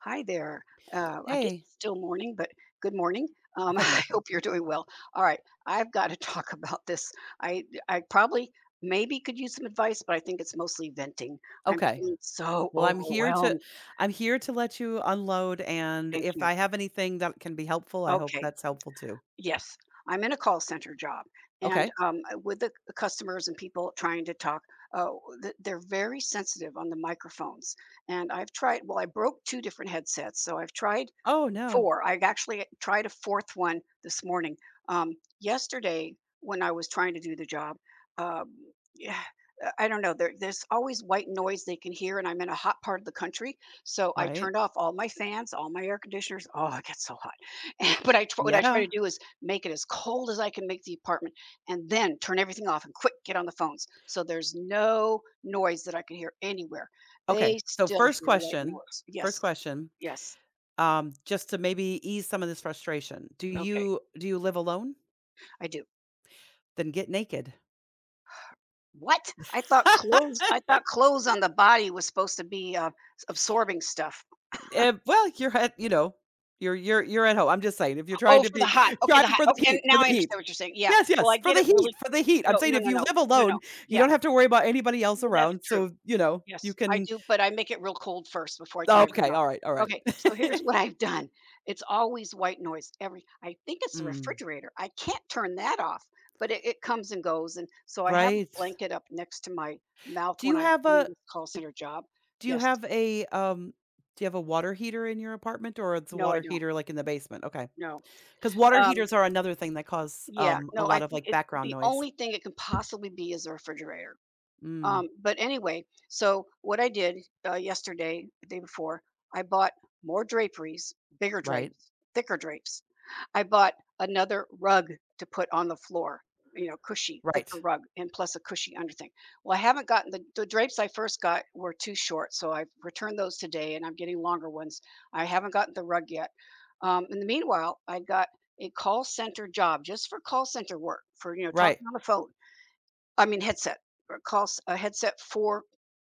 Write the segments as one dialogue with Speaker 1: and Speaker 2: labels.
Speaker 1: Hi there. I guess
Speaker 2: Hey.
Speaker 1: it's still morning, but good morning. I hope you're doing well. All right, I've got to talk about this. I probably maybe could use some advice, but I think it's mostly venting. I'm
Speaker 2: Okay.
Speaker 1: feeling so
Speaker 2: Well, I'm here to
Speaker 1: overwhelmed.
Speaker 2: I'm here to let you unload, and
Speaker 1: Thank
Speaker 2: if
Speaker 1: you.
Speaker 2: I have anything that can be helpful, I hope
Speaker 1: Okay.
Speaker 2: that's helpful too.
Speaker 1: Yes, I'm in a call center job, and
Speaker 2: Okay.
Speaker 1: with the customers and people trying to talk, uh, they're very sensitive on the microphones. And I've tried. Well, I broke two different headsets, so I've tried
Speaker 2: Oh, no.
Speaker 1: 4. I actually tried a 4th one this morning. Um, yesterday, when I was trying to do the job, um, yeah, I don't know, there's always white noise they can hear, and I'm in a hot part of the country, so I
Speaker 2: Right?
Speaker 1: turned off all my fans, all my air conditioners. Oh, it gets so hot. And but I tr what I try
Speaker 2: Yeah.
Speaker 1: to do is make it as cold as I can make the apartment and then turn everything off and quick get on the phones, so there's no noise that I can hear anywhere. They
Speaker 2: Okay. So
Speaker 1: still
Speaker 2: first
Speaker 1: hear white
Speaker 2: question,
Speaker 1: noise.
Speaker 2: first
Speaker 1: Yes.
Speaker 2: question,
Speaker 1: Yes.
Speaker 2: um, just to maybe ease some of this frustration. Do
Speaker 1: Okay.
Speaker 2: you do you live alone?
Speaker 1: I do.
Speaker 2: Then get naked.
Speaker 1: What? I thought clothes on the body was supposed to be, s absorbing stuff.
Speaker 2: Well, you're at, you're at home. I'm just saying, if you're trying
Speaker 1: Oh,
Speaker 2: to
Speaker 1: for the
Speaker 2: be
Speaker 1: hot. Okay, the
Speaker 2: trying
Speaker 1: hot.
Speaker 2: for the
Speaker 1: Okay, and
Speaker 2: heat, for
Speaker 1: now
Speaker 2: the
Speaker 1: I
Speaker 2: heat.
Speaker 1: understand what you're saying. Yeah.
Speaker 2: Yes,
Speaker 1: Well,
Speaker 2: yes,
Speaker 1: I
Speaker 2: for
Speaker 1: get
Speaker 2: the
Speaker 1: it
Speaker 2: heat,
Speaker 1: really
Speaker 2: for the heat. I'm
Speaker 1: No,
Speaker 2: saying
Speaker 1: no,
Speaker 2: if
Speaker 1: no,
Speaker 2: you
Speaker 1: no.
Speaker 2: live
Speaker 1: No,
Speaker 2: alone,
Speaker 1: no.
Speaker 2: you
Speaker 1: Yeah.
Speaker 2: don't have to worry about anybody else
Speaker 1: Well, that's
Speaker 2: around,
Speaker 1: true.
Speaker 2: so, you
Speaker 1: Yes, I
Speaker 2: can.
Speaker 1: do, but I make it real cold first before I
Speaker 2: Oh,
Speaker 1: turn it
Speaker 2: okay,
Speaker 1: off.
Speaker 2: alright, alright.
Speaker 1: Okay, so here's what I've done. It's always white noise every I think it's the
Speaker 2: Mm,
Speaker 1: refrigerator. I can't turn that off, but it comes and goes, and so I have a
Speaker 2: right.
Speaker 1: blanket up next to my mouth
Speaker 2: Do
Speaker 1: when
Speaker 2: you
Speaker 1: I'm
Speaker 2: have
Speaker 1: doing
Speaker 2: a
Speaker 1: this call center job.
Speaker 2: do you
Speaker 1: Yes.
Speaker 2: have a, um do you have a water heater in your apartment, or it's a
Speaker 1: No, I
Speaker 2: water
Speaker 1: don't.
Speaker 2: heater, like, in the basement? Okay,
Speaker 1: No,
Speaker 2: because water
Speaker 1: um,
Speaker 2: heaters are another thing that cause,
Speaker 1: yeah,
Speaker 2: a
Speaker 1: no, I
Speaker 2: lot of,
Speaker 1: think
Speaker 2: like,
Speaker 1: it's
Speaker 2: background
Speaker 1: the
Speaker 2: noise.
Speaker 1: only thing it can possibly be is a refrigerator.
Speaker 2: Mm,
Speaker 1: But anyway, so what I did yesterday, the day before, I bought more draperies, bigger
Speaker 2: right,
Speaker 1: drapes, thicker drapes. I bought another rug to put on the floor, you know, cushy, thicker
Speaker 2: right,
Speaker 1: rug, and plus a cushy under thing. Well, I haven't gotten the drapes I first got were too short, so I've returned those today and I'm getting longer ones. I haven't gotten the rug yet. In the meanwhile, I got a call center job just for call center work for, you know,
Speaker 2: right,
Speaker 1: talking on the phone I mean headset, or calls a headset for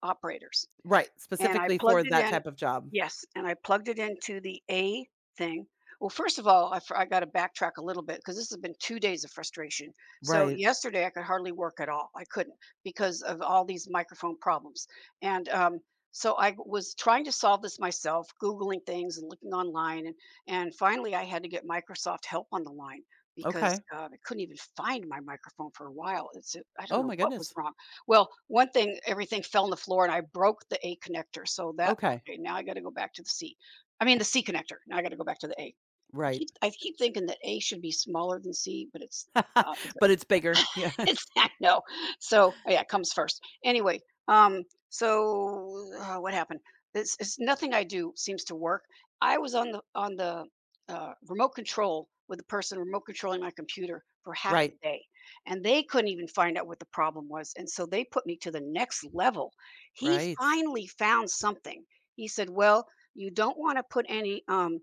Speaker 1: operators.
Speaker 2: right,
Speaker 1: And I
Speaker 2: specifically for
Speaker 1: plugged it
Speaker 2: that
Speaker 1: in
Speaker 2: type of job.
Speaker 1: yes, and I plugged it into the A thing. Well, first of all, I gotta backtrack a little bit because this has been 2 days of frustration. So,
Speaker 2: Right,
Speaker 1: yesterday, I could hardly work at all. I couldn't because of all these microphone problems. And, um, so I was trying to solve this myself, Googling things and looking online, and finally, I had to get Microsoft help on the line because,
Speaker 2: okay.
Speaker 1: I couldn't even find my microphone for a while. It's I don't
Speaker 2: Oh
Speaker 1: know
Speaker 2: my
Speaker 1: what was
Speaker 2: goodness.
Speaker 1: wrong. Well, one thing, everything fell on the floor and I broke the A connector. So that,
Speaker 2: Okay,
Speaker 1: okay, now I got to go back to the C. I mean, the C connector. Now I got to go back to the A. I
Speaker 2: right.
Speaker 1: keep, I keep thinking that A should be smaller than C, but it's the opposite.
Speaker 2: But it's bigger, yeah.
Speaker 1: it's I know. So oh yeah, it comes first. Anyway, um, what happened? It's nothing I do seems to work. I was on the remote control with the person remote controlling my computer for half the
Speaker 2: Right,
Speaker 1: day, and they couldn't even find out what the problem was, and so they put me to the next level. He
Speaker 2: right.
Speaker 1: finally found something. He said, "Well, you don't want to put any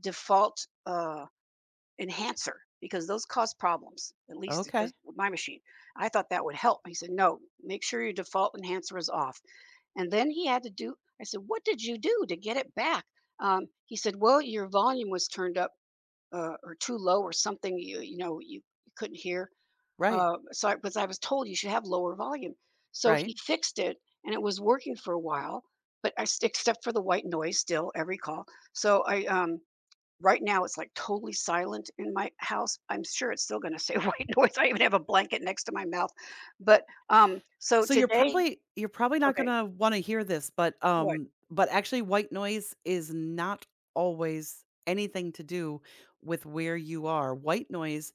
Speaker 1: default." Enhancer because those cause problems. At least it does
Speaker 2: Okay,
Speaker 1: with my machine. I thought that would help. He said, "No, make sure your default enhancer is off." And then he had to do. I said, "What did you do to get it back?" He said, "Well, your volume was turned up or too low or something. You know, you couldn't hear."
Speaker 2: right,
Speaker 1: Because I was told you should have lower volume, so he
Speaker 2: right.
Speaker 1: fixed it and it was working for a while. But except for the white noise, still every call. So I Right now, it's, like, totally silent in my house. I'm sure it's still gonna say white noise. I even have a blanket next to my mouth, but, so
Speaker 2: So you're
Speaker 1: today
Speaker 2: probably you're probably not
Speaker 1: okay,
Speaker 2: gonna wanna hear this,
Speaker 1: what?
Speaker 2: but actually white noise is not always anything to do with where you are. White noise,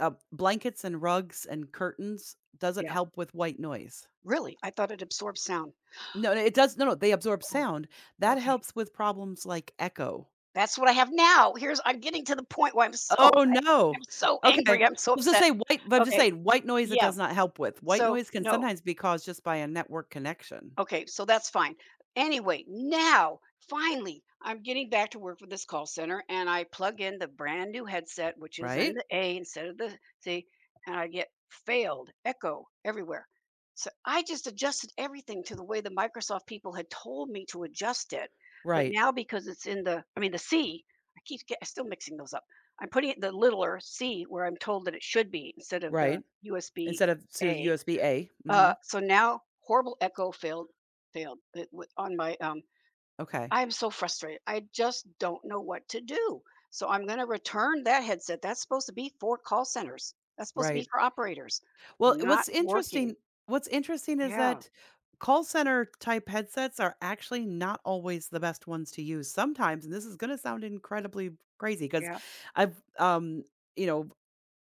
Speaker 2: blankets and rugs and curtains doesn't
Speaker 1: Yeah.
Speaker 2: help with white noise.
Speaker 1: Really? I thought it absorbed sound.
Speaker 2: No, no, they absorb
Speaker 1: Oh,
Speaker 2: sound. That
Speaker 1: okay.
Speaker 2: helps with problems like echo.
Speaker 1: That's what I have now. Here's I'm getting to the point where I'm so
Speaker 2: Oh,
Speaker 1: I'm
Speaker 2: no.
Speaker 1: so
Speaker 2: Okay.
Speaker 1: angry. I'm so upset.
Speaker 2: I'm just
Speaker 1: Okay.
Speaker 2: saying white noise it
Speaker 1: Yeah.
Speaker 2: does not help with. White
Speaker 1: So,
Speaker 2: noise can
Speaker 1: no
Speaker 2: sometimes be caused just by a network connection,
Speaker 1: okay, so that's fine. Anyway, now finally, I'm getting back to work with this call center and I plug in the brand new headset, which is in
Speaker 2: right?
Speaker 1: the A instead of the C, and I get failed, echo everywhere. So I just adjusted everything to the way the Microsoft people had told me to adjust it. But
Speaker 2: Right,
Speaker 1: now because it's in the, I mean, the C, still mixing those up. I'm putting it the littler C where I'm told that it should be instead of the
Speaker 2: right.
Speaker 1: USB
Speaker 2: Instead of to
Speaker 1: A
Speaker 2: USB A. Mhm.
Speaker 1: so now horrible echo failed on my
Speaker 2: Okay.
Speaker 1: I'm so frustrated. I just don't know what to do. So I'm going to return that headset. That's supposed to be for call centers. That's supposed to be
Speaker 2: Right.
Speaker 1: for operators.
Speaker 2: Well,
Speaker 1: Not
Speaker 2: what's
Speaker 1: working.
Speaker 2: interesting what's interesting is
Speaker 1: Yeah.
Speaker 2: that call center type headsets are actually not always the best ones to use sometimes, and this is gonna sound incredibly crazy because 'cause
Speaker 1: Yeah.
Speaker 2: I've, um, you know,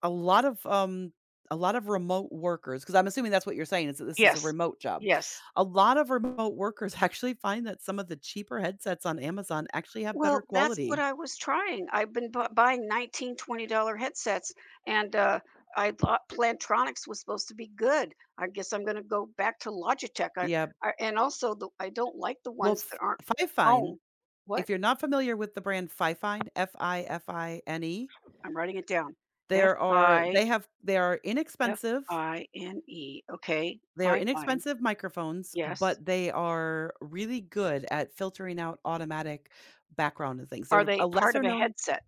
Speaker 2: a lot of, a lot of remote workers. Because 'cause I'm assuming that's what you're saying is that this is a
Speaker 1: Yes.
Speaker 2: remote job.
Speaker 1: Yes.
Speaker 2: A lot of remote workers actually find that some of the cheaper headsets on Amazon actually have better
Speaker 1: Well, that's what
Speaker 2: quality.
Speaker 1: I was trying. I've been bu buying 19, dollars headsets, and, I thought Plantronics was supposed to be good. I guess I'm gonna go back to Logitech. I
Speaker 2: Yeah.
Speaker 1: I and also the I don't like the
Speaker 2: Well,
Speaker 1: ones
Speaker 2: F
Speaker 1: that aren't
Speaker 2: Fifine,
Speaker 1: foam. What?
Speaker 2: if you're not familiar with the brand Fifine, Fifine,
Speaker 1: I'm writing it down.
Speaker 2: there are they have they are inexpensive.
Speaker 1: Fifine. Okay,
Speaker 2: They are
Speaker 1: fine.
Speaker 2: inexpensive microphones,
Speaker 1: Yes.
Speaker 2: but they are really good at filtering out automatic background and things.
Speaker 1: Are
Speaker 2: They're
Speaker 1: they
Speaker 2: a
Speaker 1: part of
Speaker 2: lesser
Speaker 1: a
Speaker 2: known
Speaker 1: headset?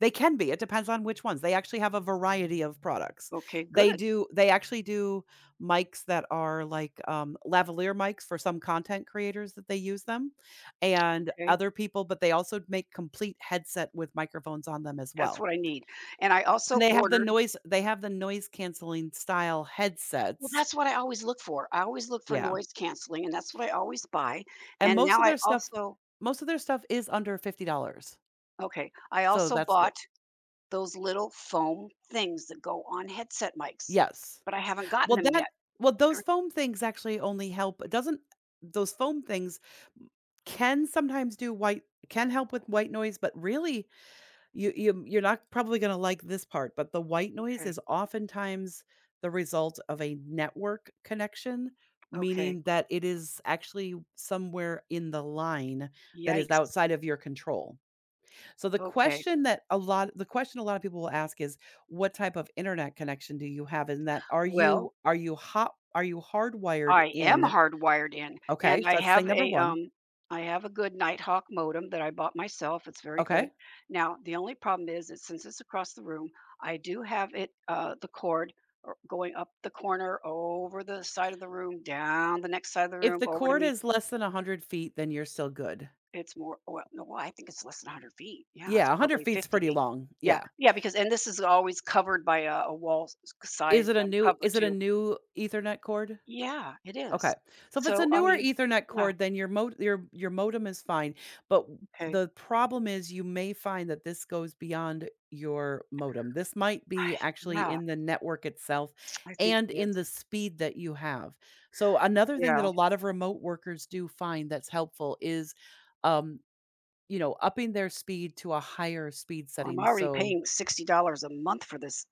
Speaker 2: They can be, it depends on which ones. They actually have a variety of products.
Speaker 1: Okay,
Speaker 2: They
Speaker 1: good.
Speaker 2: do they actually do mics that are like, lavalier mics for some content creators that they use them, and
Speaker 1: Okay,
Speaker 2: other people but they also make complete headset with microphones on them as
Speaker 1: that's
Speaker 2: well.
Speaker 1: what I need. And I also
Speaker 2: And they have the
Speaker 1: ordered
Speaker 2: noise they have the noise canceling style
Speaker 1: well,
Speaker 2: headsets.
Speaker 1: that's what I always look for. I always look for
Speaker 2: Yeah,
Speaker 1: noise canceling, and that's what I always buy,
Speaker 2: and
Speaker 1: and
Speaker 2: most
Speaker 1: now
Speaker 2: of
Speaker 1: I
Speaker 2: their stuff
Speaker 1: also
Speaker 2: most of their stuff is under $50,
Speaker 1: okay, I
Speaker 2: so
Speaker 1: also
Speaker 2: that's good.
Speaker 1: bought those little foam things that go on headset mics,
Speaker 2: Yes.
Speaker 1: but I haven't gotten
Speaker 2: Well,
Speaker 1: them yet.
Speaker 2: those
Speaker 1: They're
Speaker 2: foam things actually only help, it doesn't, those foam things can sometimes do white, can help with white noise, but really, you're not probably gonna like this part, but the white noise
Speaker 1: okay,
Speaker 2: is oftentimes the result of a network connection,
Speaker 1: okay,
Speaker 2: meaning that it is actually somewhere in the line that is
Speaker 1: yikes,
Speaker 2: outside of your control. So
Speaker 1: okay.
Speaker 2: the question a lot of people will ask is what type of internet connection do you have? And that are
Speaker 1: Well
Speaker 2: you are you hot are you hardwired
Speaker 1: I am
Speaker 2: in?
Speaker 1: hardwired in,
Speaker 2: Okay,
Speaker 1: and
Speaker 2: so that's thing number one.
Speaker 1: I have a good Nighthawk modem that I bought myself, it's very good.
Speaker 2: Okay.
Speaker 1: Now, the only problem is that since it's across the room, I do have it, the cord or going up the corner, over the side of the room, down the next side of the
Speaker 2: If
Speaker 1: room,
Speaker 2: the
Speaker 1: over to
Speaker 2: cord
Speaker 1: me.
Speaker 2: is less than 100 feet, then you're still good.
Speaker 1: It's more well, no, well, I think it's less than 100 feet. Yeah, it's
Speaker 2: Yeah, 100
Speaker 1: probably
Speaker 2: feet's
Speaker 1: 50
Speaker 2: pretty
Speaker 1: feet.
Speaker 2: long.
Speaker 1: Yeah,
Speaker 2: Yeah.
Speaker 1: yeah, because and this is always covered by a wall
Speaker 2: Is
Speaker 1: sized,
Speaker 2: it a new
Speaker 1: cover
Speaker 2: is it a
Speaker 1: too.
Speaker 2: new ethernet cord?
Speaker 1: Yeah, it is.
Speaker 2: Okay. So if it's a
Speaker 1: So, I
Speaker 2: newer
Speaker 1: mean
Speaker 2: Ethernet
Speaker 1: yeah,
Speaker 2: cord, then your mo your modem is fine, but w
Speaker 1: okay.
Speaker 2: the problem is you may find that this goes beyond your modem. This might be actually
Speaker 1: Yeah,
Speaker 2: in the network itself
Speaker 1: I think
Speaker 2: and
Speaker 1: it
Speaker 2: in
Speaker 1: is.
Speaker 2: the speed that you have. So another thing that
Speaker 1: Yeah,
Speaker 2: a lot of remote workers do find that's helpful is, um, upping their speed to a higher speed
Speaker 1: I'm
Speaker 2: setting.
Speaker 1: already
Speaker 2: So
Speaker 1: paying $60 a month for this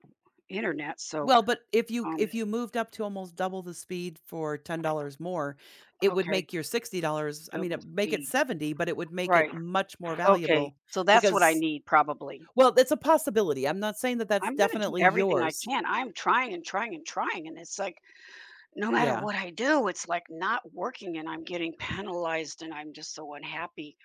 Speaker 1: internet, so,
Speaker 2: well, but
Speaker 1: um,
Speaker 2: if you moved up to almost double the speed for $10 more, it would
Speaker 1: okay,
Speaker 2: make your $60 I mean,
Speaker 1: double
Speaker 2: it make it
Speaker 1: speed.
Speaker 2: 70, but it would make
Speaker 1: Right,
Speaker 2: it much more
Speaker 1: okay,
Speaker 2: valuable.
Speaker 1: so that's what I
Speaker 2: Because
Speaker 1: need probably.
Speaker 2: Well, it's a possibility. I'm not saying that that's
Speaker 1: I'm gonna do
Speaker 2: definitely
Speaker 1: everything I
Speaker 2: yours.
Speaker 1: can. I'm trying and trying and trying, and it's like, no matter
Speaker 2: Yeah.
Speaker 1: what I do, it's like not working and I'm getting penalized and I'm just so unhappy.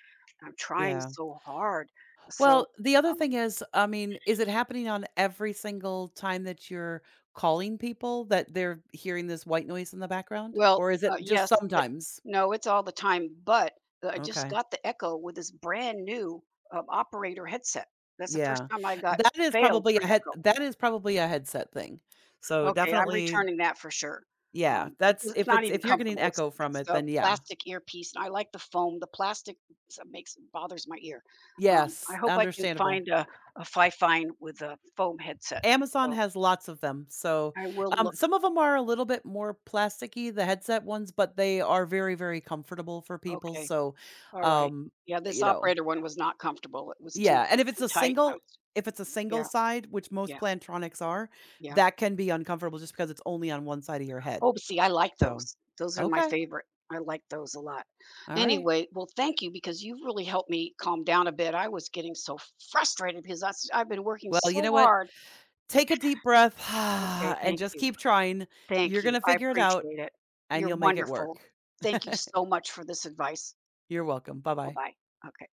Speaker 1: I'm trying
Speaker 2: Yeah.
Speaker 1: so hard. So,
Speaker 2: Well, the other thing
Speaker 1: um
Speaker 2: is, I mean, is it happening on every single time that you're calling people that they're hearing this white noise in the background?
Speaker 1: Well,
Speaker 2: Or is it just
Speaker 1: yes, but
Speaker 2: sometimes?
Speaker 1: no, it's all the time, but I just
Speaker 2: Okay.
Speaker 1: got the Echo with this brand new, operator headset. That's the first
Speaker 2: Yeah.
Speaker 1: time I got
Speaker 2: That is
Speaker 1: failed
Speaker 2: probably
Speaker 1: for
Speaker 2: a head
Speaker 1: Echo.
Speaker 2: that is probably a headset thing. So
Speaker 1: Okay, I'm
Speaker 2: definitely,
Speaker 1: returning that for sure.
Speaker 2: yeah,
Speaker 1: It
Speaker 2: that's
Speaker 1: does it's
Speaker 2: if
Speaker 1: not
Speaker 2: it's
Speaker 1: even
Speaker 2: if you're getting
Speaker 1: comfortable. It's
Speaker 2: echo from
Speaker 1: it's
Speaker 2: it,
Speaker 1: a
Speaker 2: then yeah.
Speaker 1: plastic earpiece, and I like the foam. The plastic s makes bothers my ear. I
Speaker 2: Yes,
Speaker 1: hope I can
Speaker 2: understandable.
Speaker 1: find a Fi-Fine with a foam headset,
Speaker 2: Amazon
Speaker 1: so
Speaker 2: has lots of them. So,
Speaker 1: I will look.
Speaker 2: some of them are a little bit more plasticky, the headset ones, but they are very, very comfortable for people.
Speaker 1: Okay,
Speaker 2: So,
Speaker 1: all right.
Speaker 2: um,
Speaker 1: Yeah, this
Speaker 2: you know,
Speaker 1: operator one was not comfortable. It was
Speaker 2: yeah. And
Speaker 1: too tight. I was
Speaker 2: if it's a single
Speaker 1: yeah,
Speaker 2: side, which most
Speaker 1: yeah,
Speaker 2: Plantronics are,
Speaker 1: yeah.
Speaker 2: that can be uncomfortable just because it's only on one side of your head.
Speaker 1: Oh, see, I like
Speaker 2: So,
Speaker 1: those. Those are my
Speaker 2: okay.
Speaker 1: favorite. I like those a lot.
Speaker 2: All right.
Speaker 1: Anyway, well, thank you because you've really helped me calm down a bit. I was getting so frustrated because that's I've been working
Speaker 2: Well, you
Speaker 1: so
Speaker 2: know what?
Speaker 1: hard.
Speaker 2: Take a deep breath
Speaker 1: Okay,
Speaker 2: and
Speaker 1: thank
Speaker 2: just
Speaker 1: you.
Speaker 2: keep trying. You're
Speaker 1: Thank
Speaker 2: going
Speaker 1: you.
Speaker 2: to
Speaker 1: I
Speaker 2: figure it out
Speaker 1: appreciate it.
Speaker 2: and
Speaker 1: You're
Speaker 2: you'll make it
Speaker 1: wonderful.
Speaker 2: work.
Speaker 1: Thank you so much for this advice.
Speaker 2: You're welcome. Bye bye.
Speaker 1: Bye-bye. Okay.